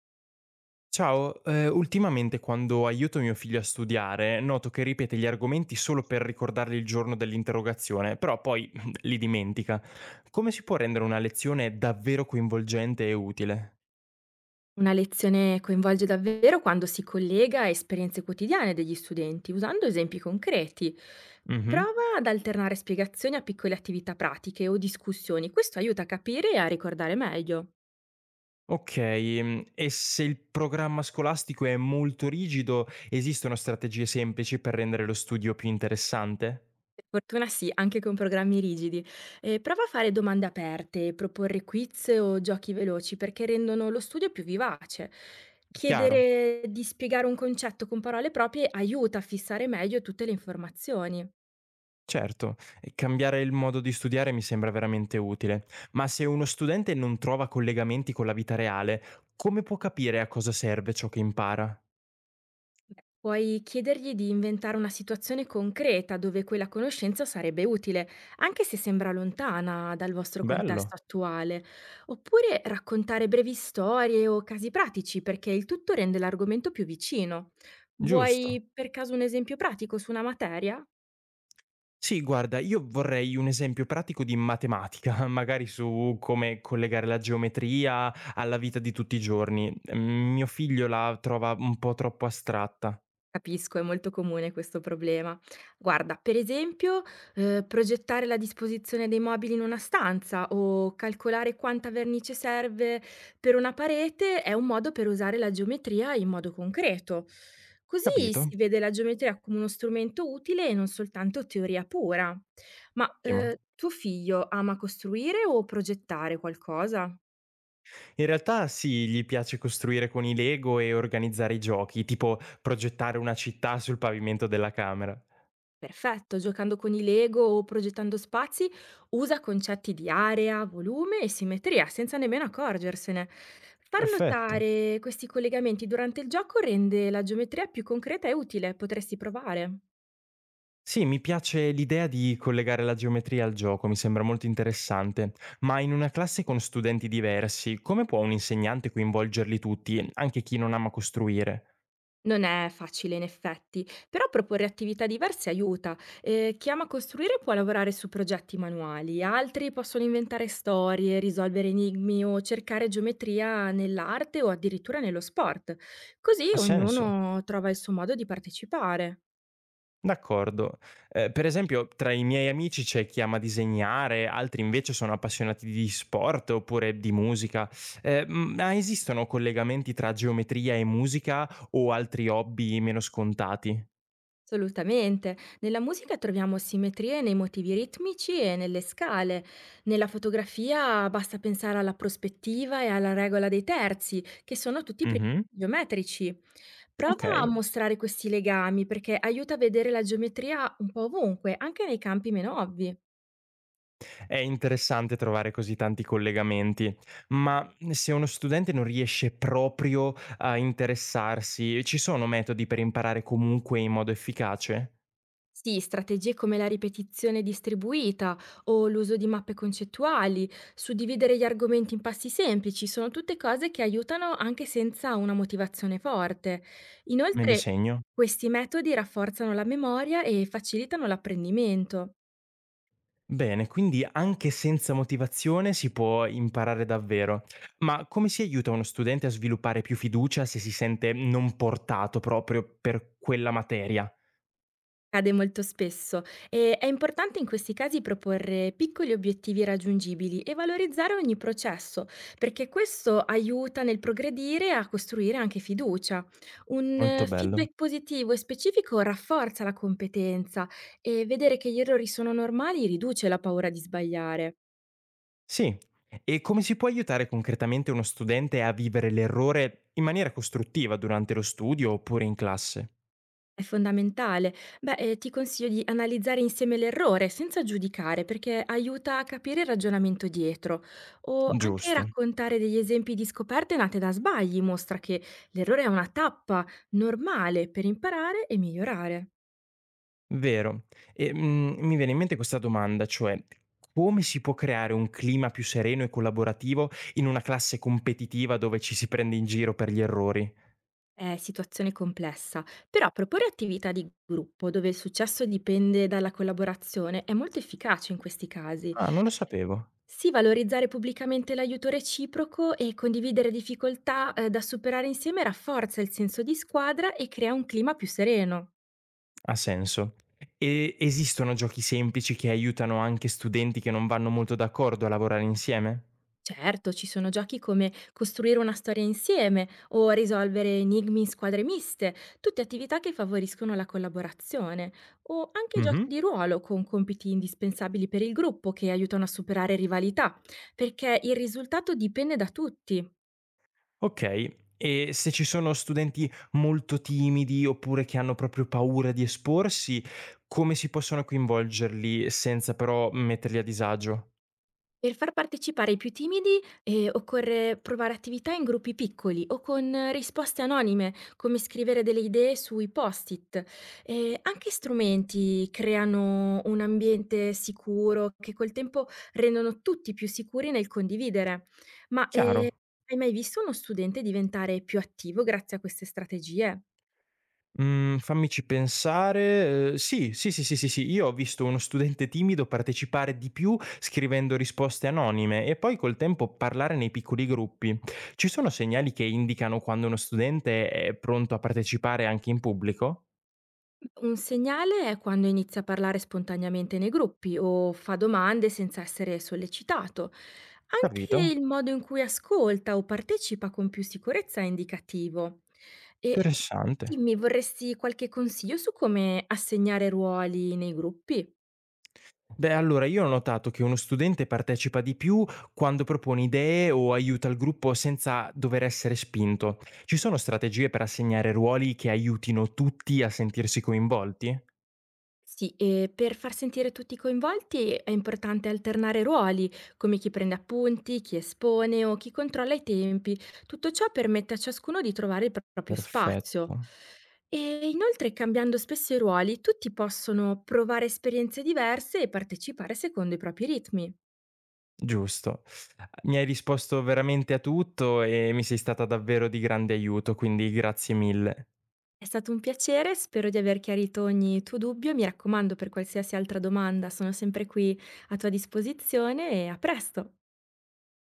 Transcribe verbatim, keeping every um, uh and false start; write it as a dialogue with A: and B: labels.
A: Ciao, eh, ultimamente quando aiuto mio figlio a studiare, noto che ripete gli argomenti solo per ricordarli il giorno dell'interrogazione, però poi li dimentica. Come si può rendere una lezione davvero coinvolgente e utile?
B: Una lezione coinvolge davvero quando si collega a esperienze quotidiane degli studenti, usando esempi concreti.
A: Mhm.
B: Prova ad alternare spiegazioni a piccole attività pratiche o discussioni, questo aiuta a capire e a ricordare meglio.
A: Ok, mm, e se il programma scolastico è molto rigido, esistono strategie semplici per rendere lo studio più interessante?
B: Per fortuna sì, anche con programmi rigidi. Eh, prova a fare domande aperte, proporre quiz o giochi veloci perché rendono lo studio più vivace.
A: Chiaro.
B: Chiedere di spiegare un concetto con parole proprie aiuta a fissare meglio tutte le informazioni.
A: Certo, e cambiare il modo di studiare mi sembra veramente utile, ma se uno studente non trova collegamenti con la vita reale, come può capire a cosa serve ciò che impara?
B: Puoi chiedergli di inventare una situazione concreta dove quella conoscenza sarebbe utile, anche se sembra lontana dal vostro
A: Bello,
B: contesto attuale, oppure raccontare brevi storie o casi pratici perché il tutto rende l'argomento più vicino.
A: giusto.
B: Vuoi per caso un esempio pratico su una materia?
A: Sì, guarda, io vorrei un esempio pratico di matematica, magari su come collegare la geometria alla vita di tutti i giorni. Mm, Mio figlio la trova un po' troppo astratta.
B: Capisco, è molto comune questo problema. Guarda, per esempio, ehm, progettare la disposizione dei mobili in una stanza o calcolare quanta vernice serve per una parete è un modo per usare la geometria in modo concreto. Così si
A: Capito?
B: vede la geometria come uno strumento utile e non soltanto teoria pura. Ma, ehm,
A: Ottimo.
B: tuo figlio ama costruire o progettare qualcosa?
A: In realtà sì, gli piace costruire con i Lego e organizzare i giochi, tipo progettare una città sul pavimento della camera.
B: Perfetto, giocando con i Lego o progettando spazi, usa concetti di area, volume e simmetria senza nemmeno accorgersene. Far
A: Perfetto.
B: notare questi collegamenti durante il gioco rende la geometria più concreta e utile, potresti provare.
A: Sì, mi piace l'idea di collegare la geometria al gioco, mi sembra molto interessante, ma in una classe con studenti diversi, come può un insegnante coinvolgerli tutti, anche chi non ama costruire?
B: Non è facile in effetti, però proporre attività diverse aiuta. Eh, chi ama costruire può lavorare su progetti manuali, altri possono inventare storie, risolvere enigmi o cercare geometria nell'arte o addirittura nello sport. Così
A: Ha senso?
B: ognuno trova il suo modo di partecipare.
A: D'accordo. Ehm, per esempio tra i miei amici c'è chi ama disegnare, altri invece sono appassionati di sport oppure di musica. Ehm, ma esistono collegamenti tra geometria e musica o altri hobby meno scontati?
B: Assolutamente. Nella musica troviamo simmetrie nei motivi ritmici e nelle scale. Nella fotografia basta pensare alla prospettiva e alla regola dei terzi, che sono tutti principi
A: Mh-mh.
B: geometrici. Prova a
A: Okay.
B: mostrare questi legami perché aiuta a vedere la geometria un po' ovunque, anche nei campi meno ovvi.
A: È interessante trovare così tanti collegamenti, ma se uno studente non riesce proprio a interessarsi, ci sono metodi per imparare comunque in modo efficace?
B: Sì, strategie come la ripetizione distribuita o l'uso di mappe concettuali, suddividere gli argomenti in passi semplici, sono tutte cose che aiutano anche senza una motivazione forte.
A: Me le
B: Inoltre,
A: segno.
B: questi metodi rafforzano la memoria e facilitano l'apprendimento.
A: Bene, quindi anche senza motivazione si può imparare davvero. Ma come si aiuta uno studente a sviluppare più fiducia se si sente non portato proprio per quella materia?
B: Cade molto spesso e è importante in questi casi proporre piccoli obiettivi raggiungibili e valorizzare ogni processo, perché questo aiuta nel progredire e a costruire anche fiducia. Un
A: Molto
B: eh,
A: bello.
B: feedback positivo e specifico rafforza la competenza e vedere che gli errori sono normali riduce la paura di sbagliare.
A: Sì. E come si può aiutare concretamente uno studente a vivere l'errore in maniera costruttiva durante lo studio oppure in classe?
B: È fondamentale. Beh, ehm, ti consiglio di analizzare insieme l'errore senza giudicare, perché aiuta a capire il ragionamento dietro. O anche
A: Giusto.
B: raccontare degli esempi di scoperte nate da sbagli mostra che l'errore è una tappa normale per imparare e migliorare.
A: Vero. E, mhmm, mi viene in mente questa domanda, cioè: come si può creare un clima più sereno e collaborativo in una classe competitiva dove ci si prende in giro per gli errori?
B: È situazione complessa, però proporre attività di gruppo dove il successo dipende dalla collaborazione è molto efficace in questi casi.
A: Ah, non lo sapevo.
B: Sì, valorizzare pubblicamente l'aiuto reciproco e condividere difficoltà, ehm, da superare insieme rafforza il senso di squadra e crea un clima più sereno.
A: Ha senso. E esistono giochi semplici che aiutano anche studenti che non vanno molto d'accordo a lavorare insieme?
B: Certo, ci sono giochi come costruire una storia insieme o risolvere enigmi in squadre miste, tutte attività che favoriscono la collaborazione, o anche giochi
A: Mh-mh.
B: di ruolo con compiti indispensabili per il gruppo che aiutano a superare rivalità, perché il risultato dipende da tutti.
A: Okay. E se ci sono studenti molto timidi oppure che hanno proprio paura di esporsi, come si possono coinvolgerli senza però metterli a disagio?
B: Per far partecipare i più timidi, ehm, occorre provare attività in gruppi piccoli o con eh, risposte anonime, come scrivere delle idee sui post-it. Ehm, anche strumenti creano un ambiente sicuro che col tempo rendono tutti più sicuri nel condividere. Ma, ehm,
A: Chiaro.
B: hai mai visto uno studente diventare più attivo grazie a queste strategie?
A: Mhmm, fammici pensare, ehm, sì, sì, sì, sì, sì, sì, io ho visto uno studente timido partecipare di più scrivendo risposte anonime e poi col tempo parlare nei piccoli gruppi. Ci sono segnali che indicano quando uno studente è pronto a partecipare anche in pubblico?
B: Un segnale è quando inizia a parlare spontaneamente nei gruppi o fa domande senza essere sollecitato.
A: Capito.
B: Anche il modo in cui ascolta o partecipa con più sicurezza è indicativo. E
A: Interessante.
B: dimmi, vorresti qualche consiglio su come assegnare ruoli nei gruppi?
A: Beh, allora io ho notato che uno studente partecipa di più quando propone idee o aiuta il gruppo senza dover essere spinto. Ci sono strategie per assegnare ruoli che aiutino tutti a sentirsi coinvolti?
B: Sì, e per far sentire tutti coinvolti è importante alternare ruoli, come chi prende appunti, chi espone o chi controlla i tempi. Tutto ciò permette a ciascuno di trovare il pro- proprio spazio.
A: Perfetto,
B: E inoltre, cambiando spesso i ruoli, tutti possono provare esperienze diverse e partecipare secondo i propri ritmi.
A: giusto. Mi hai risposto veramente a tutto e mi sei stata davvero di grande aiuto, quindi grazie mille.
B: È stato un piacere, spero di aver chiarito ogni tuo dubbio. Mi raccomando, per qualsiasi altra domanda sono sempre qui a tua disposizione e a presto.